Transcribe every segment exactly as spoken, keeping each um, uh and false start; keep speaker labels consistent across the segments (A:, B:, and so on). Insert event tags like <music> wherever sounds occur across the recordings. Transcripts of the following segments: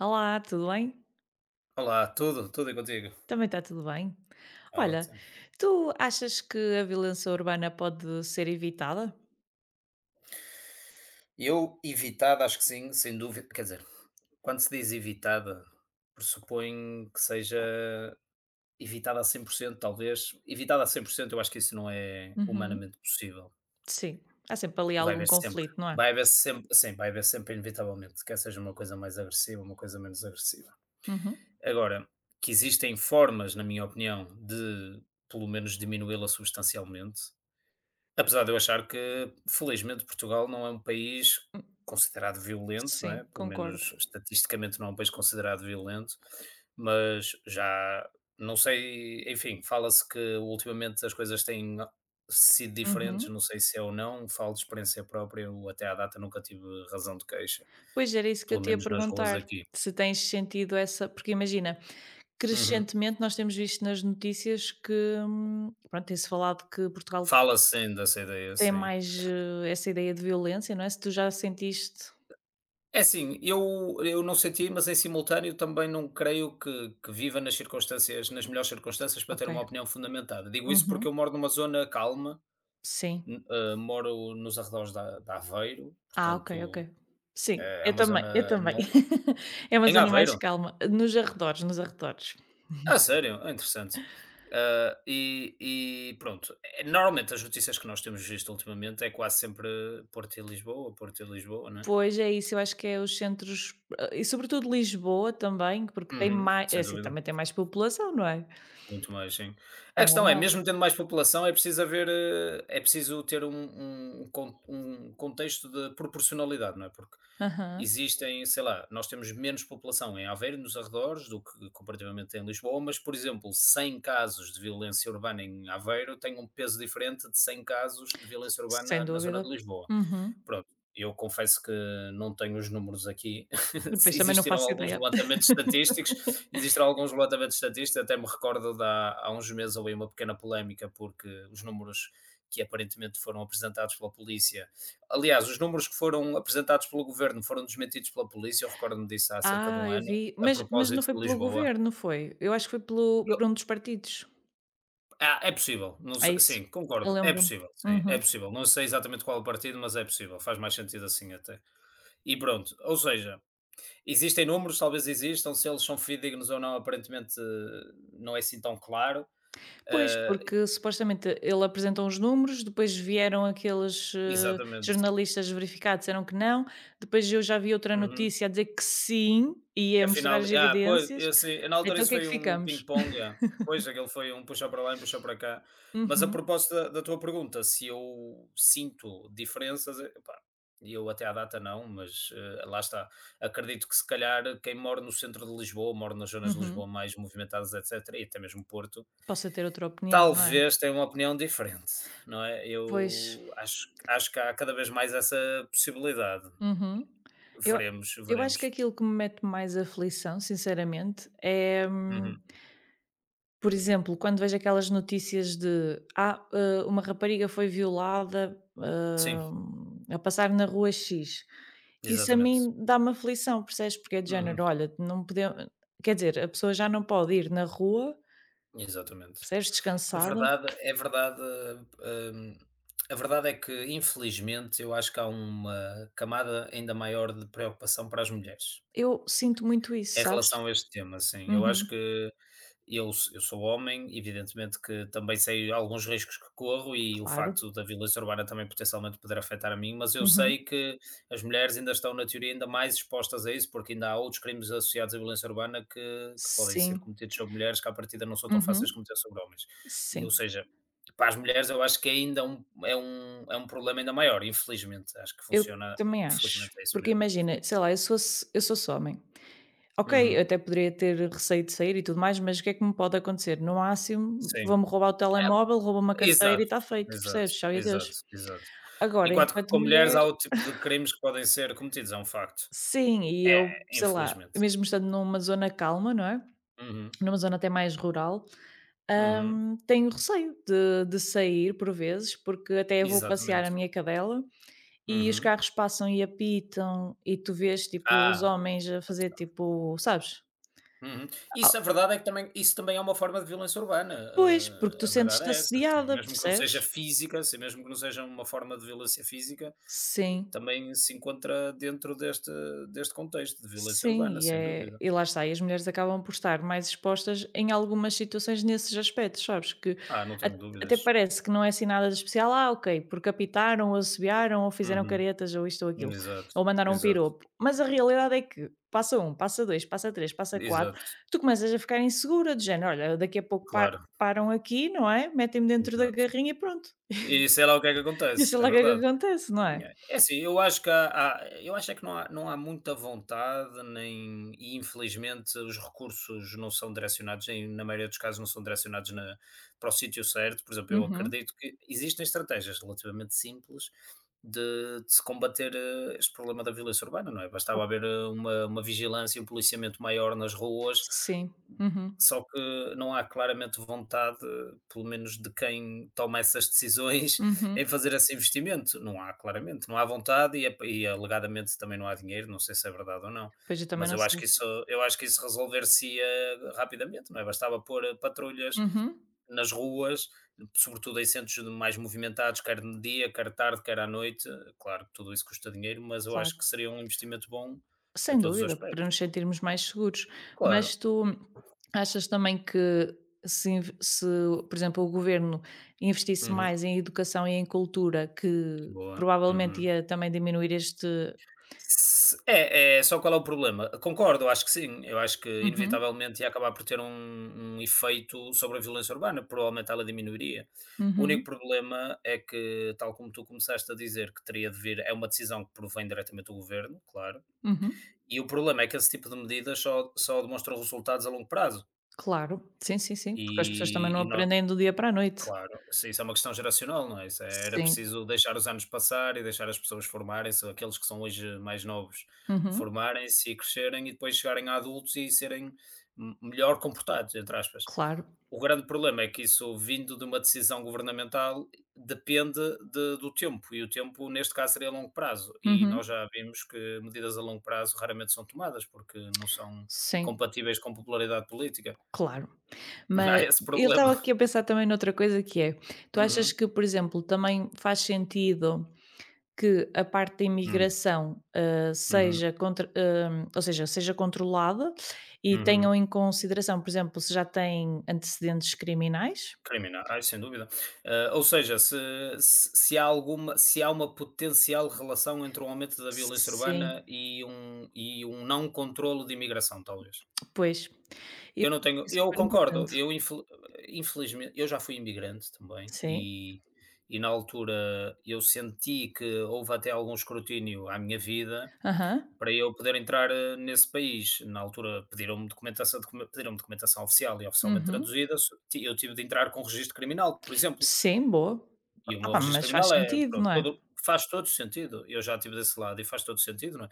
A: Olá, tudo bem?
B: Olá, tudo, tudo e contigo?
A: Também está tudo bem.
B: Tá
A: Olha,
B: ótimo.
A: tu achas que a violência urbana pode ser evitada?
B: Eu, evitada, acho que sim, sem dúvida. Quer dizer, quando se diz evitada, pressupõe que seja evitada a cem por cento. Talvez. Evitada a cem por cento, eu acho que isso não é
A: Uhum.
B: humanamente possível.
A: Sim, há sempre ali
B: Vai
A: algum
B: haver sempre.
A: conflito, não é?
B: Vai haver sempre, sim, vai haver sempre, inevitavelmente, quer seja uma coisa mais agressiva, uma coisa menos agressiva.
A: Uhum.
B: Agora, que existem formas, na minha opinião, de pelo menos diminuí-la substancialmente. Apesar de eu achar que, felizmente, Portugal não é um país
A: Hum.
B: considerado violento, não
A: Sim,
B: é? Pelo
A: concordo.
B: menos estatisticamente não é um país considerado violento, mas já não sei, enfim, fala-se que ultimamente as coisas têm sido diferentes,
A: Uhum.
B: não sei se é ou não, falo de experiência própria, eu até à data nunca tive razão de queixa,
A: Pois era isso que eu
B: pelo
A: te ia
B: menos nas ruas
A: perguntar.
B: aqui.
A: Se tens sentido essa. Porque imagina,
B: Uhum.
A: crescentemente nós temos visto nas notícias que. hum, Pronto, tem-se falado que Portugal
B: Fala-se ainda dessa ideia,
A: tem
B: sim.
A: mais eh, essa ideia de violência, não é? Se tu já sentiste.
B: É assim, eu, eu não senti, mas em simultâneo também não creio que, que viva nas circunstâncias, nas melhores circunstâncias para
A: Ok.
B: ter uma opinião fundamentada. Digo isso porque eu
A: Uhum.
B: moro numa zona calma,
A: Sim.
B: n- eh, moro nos arredores da, da Aveiro,
A: Ah, ok, ok.
B: portanto
A: Sim, <laughs>
B: eh, é
A: eu
B: uma
A: também, eu
B: zona
A: também.
B: não-
A: <laughs> É uma
B: em
A: zona mais
B: Aveiro.
A: calma, eh, nos arredores, nos arredores.
B: Ah, sério, é interessante. Ah, e, e pronto, eh, normalmente as notícias que nós temos visto ultimamente é quase sempre Porto e Lisboa, Porto e Lisboa, não é?
A: Pois é isso, eu acho que é os centros, eh, e sobretudo Lisboa também, porque tem
B: Uhum,
A: mais. É
B: sem
A: assim,
B: dúvida.
A: também tem mais população, não é?
B: Muito mais, sim. A
A: É
B: questão é,
A: normal.
B: mesmo tendo mais população, é preciso haver, eh, é preciso ter um um um con um contexto de proporcionalidade, não é, porque
A: Aham,
B: existem, sei lá, nós temos menos população em Aveiro nos arredores do que comparativamente em Lisboa, mas, por exemplo, cem casos de violência urbana em Aveiro têm um peso diferente de cem casos de violência urbana
A: sem
B: na zona de
A: dúvida.
B: Lisboa.
A: Uhum.
B: Pronto, eu confesso que não tenho os números aqui, <laughs> se
A: Depois também não
B: existiram
A: faço
B: alguns
A: ideia.
B: levantamentos estatísticos,
A: <laughs>
B: existiram alguns levantamentos estatísticos, até me recordo de há há uns meses houve uma pequena polémica, porque os números que aparentemente foram apresentados pela polícia, aliás, os números que foram apresentados pelo governo foram desmentidos pela polícia, eu recordo-me disso há cerca de
A: Ah,
B: um
A: eu
B: ano,
A: vi,
B: a
A: mas mas não
B: propósito
A: foi
B: de
A: pelo
B: Lisboa.
A: governo, foi? Eu acho que foi pelo
B: Eu
A: por um dos partidos.
B: ah, é possível, não
A: É
B: se
A: isso,
B: sim,
A: eu
B: concordo, é
A: lembro-me.
B: possível, sim, é
A: Uhum.
B: possível, não sei exatamente qual o partido, mas é possível, faz mais sentido assim até. E pronto, ou seja, existem números, talvez existam, se eles são fidedignos ou não, aparentemente eh, não é assim tão claro.
A: Pois,
B: Eh,
A: porque supostamente ele apresentou uns números, depois vieram aqueles, eh,
B: exatamente.
A: jornalistas verificar, disseram que não, depois eu já vi outra
B: Uhum.
A: notícia a dizer que sim, e
B: Que
A: a mostrar
B: afinal,
A: as
B: ah, pois,
A: evidências,
B: eu assim, na altura
A: então o
B: isso
A: que é que
B: foi um
A: ficamos?
B: ping-pong,
A: <laughs>
B: yeah. Pois, aquele foi um puxar para lá e um puxar para cá. Mas a
A: Uhum,
B: propósito da, da tua pergunta, se eu sinto diferenças, epá, eu até à data não, mas eh, lá está. Acredito que se calhar quem mora no centro de Lisboa, mora nas zonas de Lisboa
A: uhum.
B: mais movimentadas, etcétera, e até mesmo Porto,
A: Possa ter outra opinião, não é?
B: talvez tenha uma opinião diferente, não é?
A: Pois,
B: Eu acho acho que há cada vez mais essa possibilidade.
A: uhum. Eu
B: Veremos,
A: eu acho
B: veremos.
A: que aquilo que me mete mais aflição, sinceramente, é. hum,
B: Uhum.
A: Por exemplo, quando vejo aquelas notícias de: "Ah, hã, uma rapariga foi violada,
B: Sim,
A: hã, a passar na rua X", isso a
B: exatamente.
A: mim dá-me aflição, percebes? Porque é do
B: Uhum.
A: género: "Olha, não podemos, quer dizer, a pessoa já não pode ir na rua,
B: Exatamente.
A: percebes,
B: A
A: descansada."
B: verdade é verdade, hum, a verdade é que infelizmente eu acho que há uma camada ainda maior de preocupação para as mulheres.
A: Eu sinto muito isso,
B: Em
A: sabes?
B: relação a este tema, sim. Eu acho
A: Uhum,
B: que eu s eu sou homem, evidentemente que também sei alguns riscos que corro e o
A: claro.
B: facto da violência urbana também potencialmente poder afetar a mim, mas eu
A: Uhum.
B: sei que as mulheres ainda estão, na teoria, ainda mais expostas a isso, porque ainda há outros crimes associados à violência urbana que que podem ser
A: Sim.
B: cometidos sobre mulheres que à partida não são tão fáceis de
A: Uhum.
B: cometer sobre homens. E, ou
A: Sim.
B: seja, para as mulheres eu acho que ainda é um é um é um problema ainda maior, infelizmente. Acho que
A: Eu
B: funciona,
A: também acho.
B: infelizmente é isso
A: Porque
B: mesmo.
A: imagina, sei lá, eu sou eu sou só homem. Ok, eu
B: Uhum,
A: até poderia ter receio de sair e tudo mais, mas o que é que me pode acontecer? No máximo,
B: sim.
A: vão-me roubar o telemóvel, roubam-me a carteira e
B: Exato,
A: está feito,
B: exato,
A: percebes? Tchau e adeus.
B: exato, exato.
A: Agora,
B: Enquanto que
A: enquanto
B: com mulheres
A: mulher,
B: há outro tipo de crimes que podem ser cometidos, é um facto.
A: sim, e
B: É,
A: eu, sei lá,
B: infelizmente.
A: mesmo estando numa zona calma, não é?
B: Uhum,
A: Numa zona até mais rural,
B: uhum,
A: hum, tenho receio de, de sair por vezes, porque até eu vou passear a
B: exatamente.
A: minha cadela e os
B: Uhum.
A: carros passam e apitam e tu vês, tipo, os
B: Ah,
A: homens a
B: lá
A: fazer,
B: está.
A: tipo, sabes?
B: Uhum.
A: Ah,
B: Isso a verdade é que também isso também é uma forma de violência urbana,
A: pois, porque tu
B: eh, a verdade
A: sentes-te
B: é essa, assim,
A: assediada,
B: mesmo que não
A: percebes?
B: seja física, assim, mesmo que não seja uma forma de violência física,
A: Sim,
B: também se encontra dentro deste deste contexto de violência
A: sim,
B: urbana,
A: e
B: sem
A: é
B: dúvida.
A: e lá está, e as mulheres acabam por estar mais expostas em algumas situações nesses aspectos, sabes, que
B: Ah, não
A: a
B: tenho
A: até
B: dúvidas.
A: parece que não é assim nada de especial, ah, ok, porque apitaram ou assobiaram ou fizeram
B: Uhum.
A: caretas ou isto ou aquilo,
B: Exato,
A: ou mandaram um
B: exato.
A: piropo, mas a realidade é que passa um, passa dois, passa três, passa quatro,
B: Exato,
A: tu começas a ficar insegura do género: "Olha, daqui a pouco pa
B: claro,
A: param aqui, não é, metem-me dentro da
B: exato.
A: garrinha e pronto",
B: E sei lá o que é que
A: <laughs> e sei
B: acontece, é
A: lá o que é que
B: verdade.
A: acontece, não é?
B: É é assim, eu acho que há, há- eu acho é que não há, não há muita vontade, nem, e infelizmente os recursos não são direcionados, nem, na maioria dos casos não são direcionados na- para o sítio certo. Por exemplo, eu
A: Uhum,
B: acredito que existem estratégias relativamente simples de, de se combater, eh, este problema da violência urbana, não é? Bastava
A: ok,
B: haver eh, uma, uma vigilância e um policiamento maior nas ruas.
A: sim, uhum,
B: Só que não há claramente vontade, pelo menos de quem toma essas decisões, <laughs>
A: uhum.
B: em fazer esse investimento. Não há claramente, não há vontade e, ap- e alegadamente também não há dinheiro, não sei se é verdade ou não.
A: Pois, eu também
B: Mas
A: não
B: eu acho
A: sei.
B: que isso, eu acho que isso resolver-se-ia rapidamente, não é? Bastava pôr eh, patrulhas
A: Uhum,
B: nas ruas, sobretudo em centros mais movimentados, quer de dia, quer tarde, quer à noite. Claro que tudo isso custa dinheiro, mas eu acho que
A: claro.
B: seria um investimento bom a
A: Sem
B: todos os
A: dúvida, para
B: aspectos.
A: nos sentirmos mais seguros. Mas
B: Claro.
A: tu achas também que se inv se, por exemplo, o governo investisse
B: Uhum.
A: mais em educação e em cultura, que
B: Boa.
A: provavelmente
B: Uhum.
A: ia também diminuir este.
B: S é, é só qual é o problema. Concordo, acho que sim. Eu acho que
A: Uhum,
B: inevitavelmente ia acabar por ter um um efeito sobre a violência urbana, provavelmente ela diminuiria. O único
A: uhum,
B: problema é que, tal como tu começaste a dizer, que teria de vir é uma decisão que provém diretamente do governo, claro,
A: uhum.
B: e o problema é que esse tipo de medidas só só demonstram resultados a longo prazo,
A: Claro, sim, sim, sim, porque as pessoas também
B: e
A: não
B: e nó
A: aprendem do dia para a noite.
B: claro, se isso é uma questão geracional, não é? Isso é era
A: Sim.
B: preciso deixar os anos passar e deixar as pessoas formarem-se, aqueles que são hoje mais novos,
A: Uhum,
B: formarem-se e crescerem e depois chegarem a adultos e serem m- melhor comportados, entre aspas.
A: claro.
B: O grande problema é que isso, vindo de uma decisão governamental, depende de- do tempo, e o tempo, neste caso, seria a longo prazo. E nós
A: Uhum,
B: já vimos que medidas a longo prazo raramente são tomadas, porque não são
A: sim.
B: compatíveis com popularidade política.
A: Claro,
B: <laughs>
A: mas
B: Há esse
A: eu estava
B: problema.
A: aqui a pensar também noutra coisa que é, tu achas
B: Uhum,
A: que, por exemplo, também faz sentido que a parte da
B: uhum,
A: imigração, hã,
B: uhum.
A: seja contra hã, ou seja, seja controlada e tenham
B: Uhum.
A: em consideração, por exemplo, se já têm antecedentes criminais?
B: Criminais, sem dúvida. Ah, ou seja, se se se há alguma se há uma potencial relação entre o aumento da violência urbana
A: Sim,
B: e um e um não controlo de imigração, talvez.
A: pois, eu
B: Eu não
A: acho que
B: tenho
A: é
B: eu
A: super
B: concordo,
A: importante.
B: eu infeli infelizmente eu já fui imigrante também
A: Sim,
B: e e na altura eu senti que houve até algum escrutínio à minha vida,
A: aham,
B: para eu poder entrar, eh, nesse país. Na altura pediram-me documentação, docu pediram-me documentação oficial e oficialmente
A: uhum,
B: traduzida, so ti eu tive de entrar com um registro criminal, por exemplo.
A: sim, boa.
B: E o
A: Ah
B: meu
A: pá,
B: registro
A: mas faz
B: criminal é,
A: sentido,
B: pronto,
A: não é?
B: todo faz todo sentido, eu já estive desse lado e faz todo sentido, não é?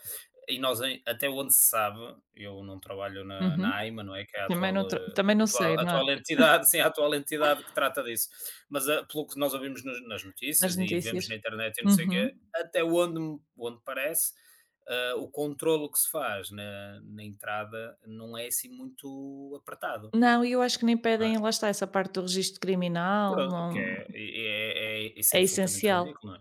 B: E nós em até onde se sabe, eu não trabalho na na
A: Uhum,
B: AIMA, não é, que é a
A: também
B: atual,
A: não tra
B: eh,
A: também não sei,
B: atual
A: não é?
B: atual entidade, <laughs> sim, a atual entidade que trata disso, mas, ah, pelo que nós ouvimos nas nas
A: Nas
B: notícias e
A: notícias.
B: vemos na internet e não sei o
A: Uhum.
B: quê, até onde me onde parece, ah, o controlo que se faz na na entrada não é assim muito apertado,
A: Não, e eu acho que nem
B: não é?
A: pedem, lá está, essa parte do registro criminal,
B: Pronto, que
A: não
B: é é é é, isso é
A: é
B: absolutamente
A: essencial.
B: ridículo, não é?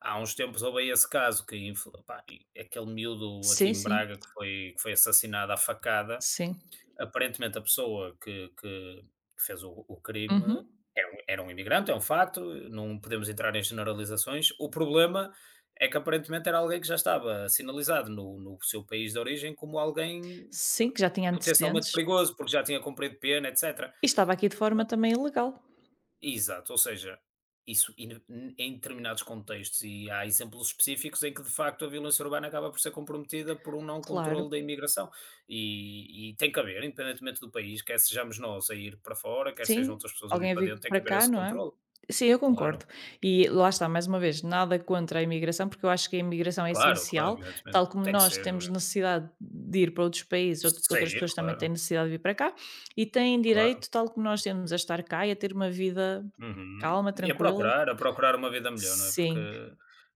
B: Há uns tempos houve aí esse caso que inf pá, e aquele miúdo aqui
A: Sim,
B: em
A: sim,
B: Braga que foi que foi assassinado à facada,
A: sim.
B: aparentemente a pessoa que que que fez o o crime
A: Uhum.
B: era um era um imigrante, é um facto, não podemos entrar em generalizações. O problema é que aparentemente era alguém que já estava sinalizado no no seu país de origem como alguém, eh,
A: Sim, que já tinha
B: potencialmente
A: antecedentes
B: perigoso, porque já tinha cumprido pena, etcétera.
A: e estava aqui de forma também ilegal,
B: Exato, ou seja, isso in- em determinados contextos, e há exemplos específicos em que de facto a violência urbana acaba por ser comprometida por um não controle
A: claro.
B: da imigração. E, e tem que haver, independentemente do país, quer sejamos nós a ir para fora, quer sejam
A: Sim,
B: outras pessoas a vir
A: alguém a
B: para
A: vir
B: dentro, tem
A: para
B: que haver
A: cá,
B: esse
A: não é?
B: controle.
A: Sim, eu
B: Claro,
A: concordo. E lá está, mais uma vez, nada contra a imigração, porque eu acho que a imigração é
B: claro, claro,
A: essencial,
B: evidentemente.
A: tal como
B: Tem que
A: nós
B: ser,
A: temos
B: eh,
A: necessidade de ir para outros países, out- outras
B: sair,
A: pessoas também têm
B: claro,
A: necessidade de vir para cá e têm
B: claro.
A: direito, tal como nós temos, a estar cá e a ter uma vida
B: Uhum.
A: calma,
B: E a
A: tranquila.
B: procurar, a procurar uma vida melhor, não é? Porque
A: Sim,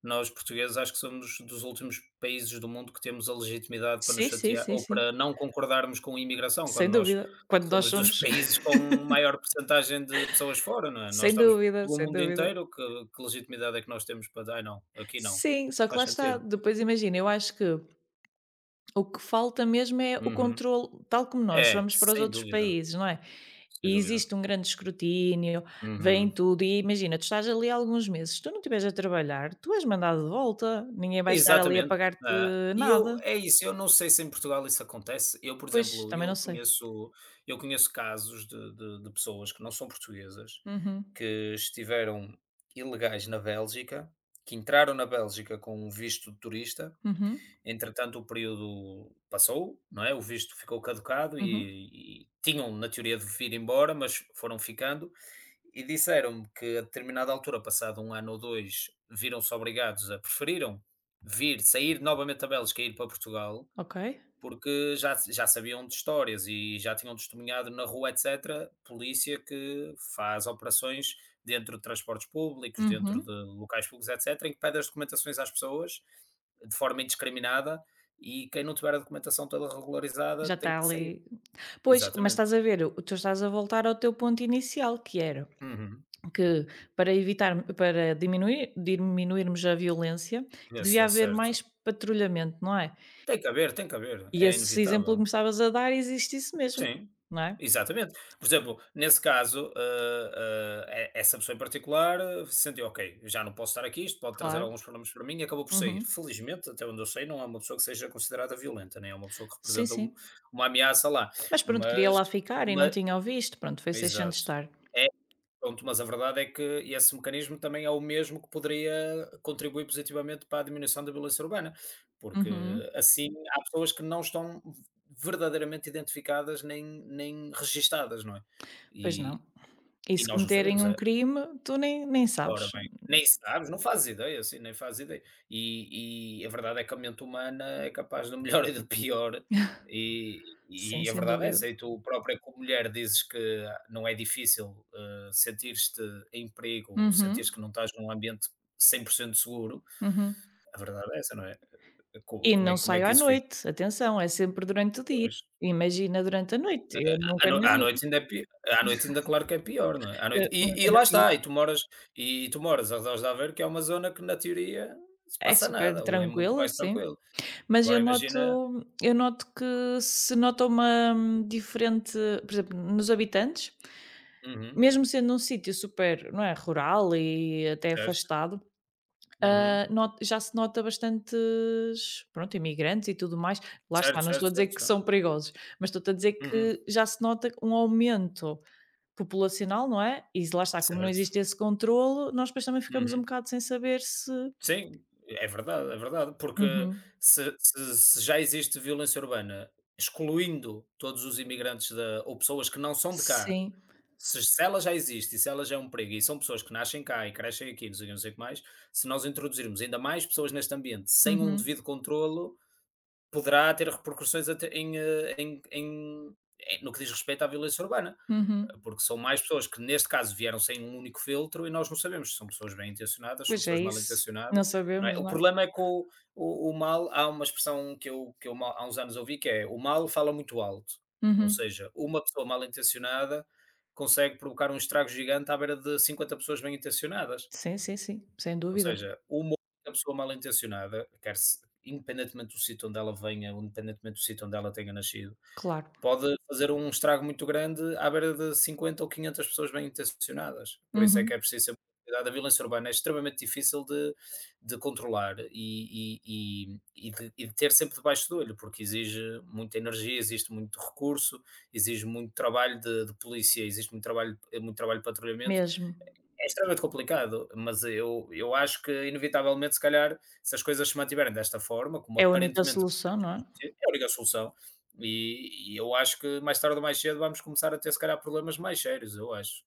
B: nós portugueses acho que somos dos últimos países do mundo que temos a legitimidade para nos
A: sim, sim,
B: chatear
A: sim,
B: ou
A: sim.
B: para não concordarmos com a imigração,
A: Sem
B: quando nós
A: dúvida. Quando nós
B: somos dos <laughs>
A: somos. <laughs>
B: países com maior percentagem de pessoas fora, não é? Nós
A: Sem
B: estamos
A: dúvida,
B: pelo
A: sem
B: mundo
A: dúvida.
B: inteiro, que, que legitimidade é que nós temos para dar? "Ai, não, aqui não."
A: Sim, só que lá
B: Faz
A: está.
B: sentido.
A: Depois imagina, eu acho que o que falta mesmo é o
B: Uhum.
A: controle, tal como nós
B: É,
A: vamos para os
B: sem
A: outros
B: dúvida,
A: países, não é?
B: sem
A: E
B: dúvida.
A: existe um grande escrutínio, vem
B: Uhum.
A: tudo e imagina, tu estás ali alguns meses, se tu não estiveres a trabalhar, tu és mandado de volta, ninguém vai estar ali a
B: Exatamente,
A: pagar-te
B: ah, e eu
A: nada.
B: é isso, eu não sei se em Portugal isso acontece. Eu, por
A: Pois,
B: exemplo,
A: também não
B: eu
A: sei.
B: conheço eu conheço casos de de de pessoas que não são portuguesas,
A: Uhum,
B: que estiveram ilegais na Bélgica, que entraram na Bélgica com um visto de turista.
A: uhum,
B: Entretanto o período passou, não é, o visto ficou caducado
A: uhum,
B: e e tinham na teoria de vir embora, mas foram ficando, e disseram-me que a determinada altura, passado um ano ou dois, viram-se obrigados a preferiram vir, sair novamente da Bélgica e ir para Portugal,
A: ok.
B: porque já já sabiam de histórias e já tinham testemunhado na rua, etcétera, polícia que faz operações dentro de transportes públicos, dentro de
A: Uhum.
B: locais públicos, etcétera, em que pede as documentações às pessoas de forma indiscriminada, e quem não tiver a documentação toda regularizada
A: Já está
B: tem que sair.
A: ali. Pois, mas
B: Exatamente.
A: estás a ver, o, tu estás a voltar ao teu ponto inicial, que era
B: Uhum.
A: que para evitar para diminuir diminuirmos a violência, que
B: Ia
A: devia
B: ser
A: haver mais
B: certo.
A: patrulhamento, não é?
B: Tem que haver, tem que haver,
A: E
B: é
A: esse exemplo
B: inevitável.
A: que me estavas a dar existe isso mesmo,
B: Sim,
A: não é?
B: exatamente. Por exemplo, nesse caso, eh, eh, e essa pessoa em particular, eh, sentiu: "Ok, eu já não posso estar aqui, isto pode trazer
A: Claro.
B: alguns problemas para mim", e acabou por sair.
A: Uhum.
B: Felizmente, até onde eu sei, não é uma pessoa que seja considerada violenta, nem é uma pessoa que
A: Sim,
B: representa um
A: sim.
B: uma ameaça lá,
A: Mas pronto, queria
B: mas
A: lá ficar e não
B: ma
A: tinha o visto, pronto, foi-se deixando
B: exato.
A: estar.
B: É. Pronto, mas a verdade é que esse mecanismo também é o mesmo que poderia contribuir positivamente para a diminuição da violência urbana, porque
A: Uhum.
B: assim há pessoas que não estão verdadeiramente identificadas, nem nem registadas, não é?
A: Pois não.
B: E
A: E
B: e
A: se
B: nós não
A: cometerem
B: sabemos.
A: um
B: É,
A: crime, tu nem nem
B: ora
A: sabes.
B: bem, nem sabes, não fazes ideia, assim, nem fazes ideia. E e a verdade é que a mente humana é capaz do melhor <laughs> e do pior, e
A: Sim,
B: e a
A: sem
B: verdade é
A: dúvida.
B: essa. E tu própria como mulher dizes que não é difícil, eh, sentir-te em perigo ou sentires
A: Uhum,
B: que não estás num ambiente cem por cento seguro,
A: uhum.
B: a verdade é essa, não é? Eh, Co
A: E
B: como é
A: não
B: como é
A: saio
B: que
A: à
B: isso fica
A: noite, atenção, é sempre durante o dia.
B: depois?
A: Imagina durante a noite, eu
B: À
A: nunca
B: no
A: na
B: à
A: vida,
B: noite ainda é pi à noite ainda, claro que é pior, não é? À
A: eu
B: noite, e
A: nunca
B: e
A: na
B: lá
A: vida.
B: está, e tu moras e tu moras aos arredores de Aveiro, que é uma zona que na teoria não se
A: É
B: passa
A: super
B: nada, ou é muito
A: tranquila,
B: mais
A: sim,
B: tranquilo.
A: mas eu
B: Agora imagina.
A: noto eu noto que se nota uma, hum, diferente, por exemplo, nos habitantes,
B: Uhum,
A: mesmo sendo um sítio super, não é, rural e até
B: certo,
A: afastado, hã,
B: uhum,
A: not já se nota bastantes, pronto, imigrantes e tudo mais. Lá está,
B: certo,
A: não estou
B: certo,
A: a dizer
B: certo,
A: que
B: certo.
A: são perigosos, mas estou a dizer
B: Uhum,
A: que já se nota um aumento populacional, não é, e lá está, como não
B: certo,
A: existe esse controlo, nós depois também ficamos um
B: uhum.
A: bocado sem saber se.
B: Sim, é verdade, é verdade, porque
A: Uhum,
B: se se se já existe violência urbana, excluindo todos os imigrantes da ou pessoas que não são de cá,
A: sim,
B: se se ela já existe e se ela já é um perigo e são pessoas que nascem cá e crescem aqui, não sei o quê, não sei o que mais, se nós introduzirmos ainda mais pessoas neste ambiente sem um
A: uhum.
B: devido controlo, poderá ter repercussões até em, eh, em em em no que diz respeito à violência urbana,
A: Uhum.
B: porque são mais pessoas que, neste caso, vieram sem um único filtro e nós não sabemos se são pessoas bem intencionadas, se são
A: Pois é
B: pessoas mal
A: isso. Não
B: intencionadas, não é?
A: sabemos,
B: O
A: não é?
B: problema é que o, o, o mal, há uma expressão que eu, que eu mal- há uns anos ouvi, que é: o mal fala muito alto, ou
A: Uhum.
B: seja, uma pessoa mal intencionada consegue provocar um estrago gigante à beira de cinquenta pessoas bem intencionadas.
A: Sim, sim, sim, sem
B: Ou
A: dúvida,
B: seja, uma única pessoa mal intencionada, quer se independentemente do sítio onde ela venha, independentemente do sítio onde ela tenha nascido,
A: claro.
B: pode fazer um estrago muito grande à beira de cinquenta ou quinhentas pessoas bem intencionadas. Por isso é que
A: Uhum.
B: é preciso sempre cuidado. A violência urbana é extremamente difícil de de controlar e e e e de e de ter sempre debaixo do olho, porque exige muita energia, existe muito recurso, exige muito trabalho de de polícia, existe muito trabalho muito trabalho de patrulhamento.
A: Mesmo.
B: É extremamente complicado, mas eu eu acho que inevitavelmente, se calhar, se as coisas se mantiverem desta forma, como
A: É a única
B: aparentemente.
A: solução, não é?
B: Sim, é a única solução. E e eu acho que mais tarde ou mais cedo vamos começar a ter, se calhar, problemas mais sérios, eu acho.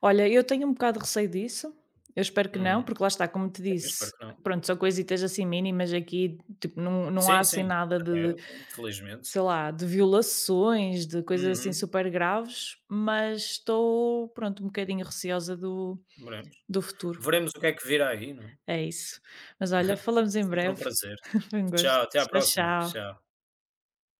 A: Olha, eu tenho um bocado de receio disso, eu espero que não,
B: Uhum.
A: porque lá está, como te
B: Também espero
A: disse,
B: que não.
A: pronto, são coisitas assim mínimas aqui, tipo, não, não há
B: Sim,
A: assim
B: sim,
A: nada de,
B: até
A: de,
B: sim, felizmente.
A: sei lá, de violações, de coisas assim
B: Uhum.
A: super graves, mas estou, pronto, um bocadinho receosa do,
B: Veremos.
A: do futuro.
B: Veremos o que é que virá aí, não é?
A: É isso. Mas olha,
B: <laughs>
A: falamos em
B: Sempre um
A: breve.
B: prazer.
A: <laughs> Foi um gosto.
B: Tchau, até à
A: Tchau,
B: próxima.
A: tchau.
B: Tchau.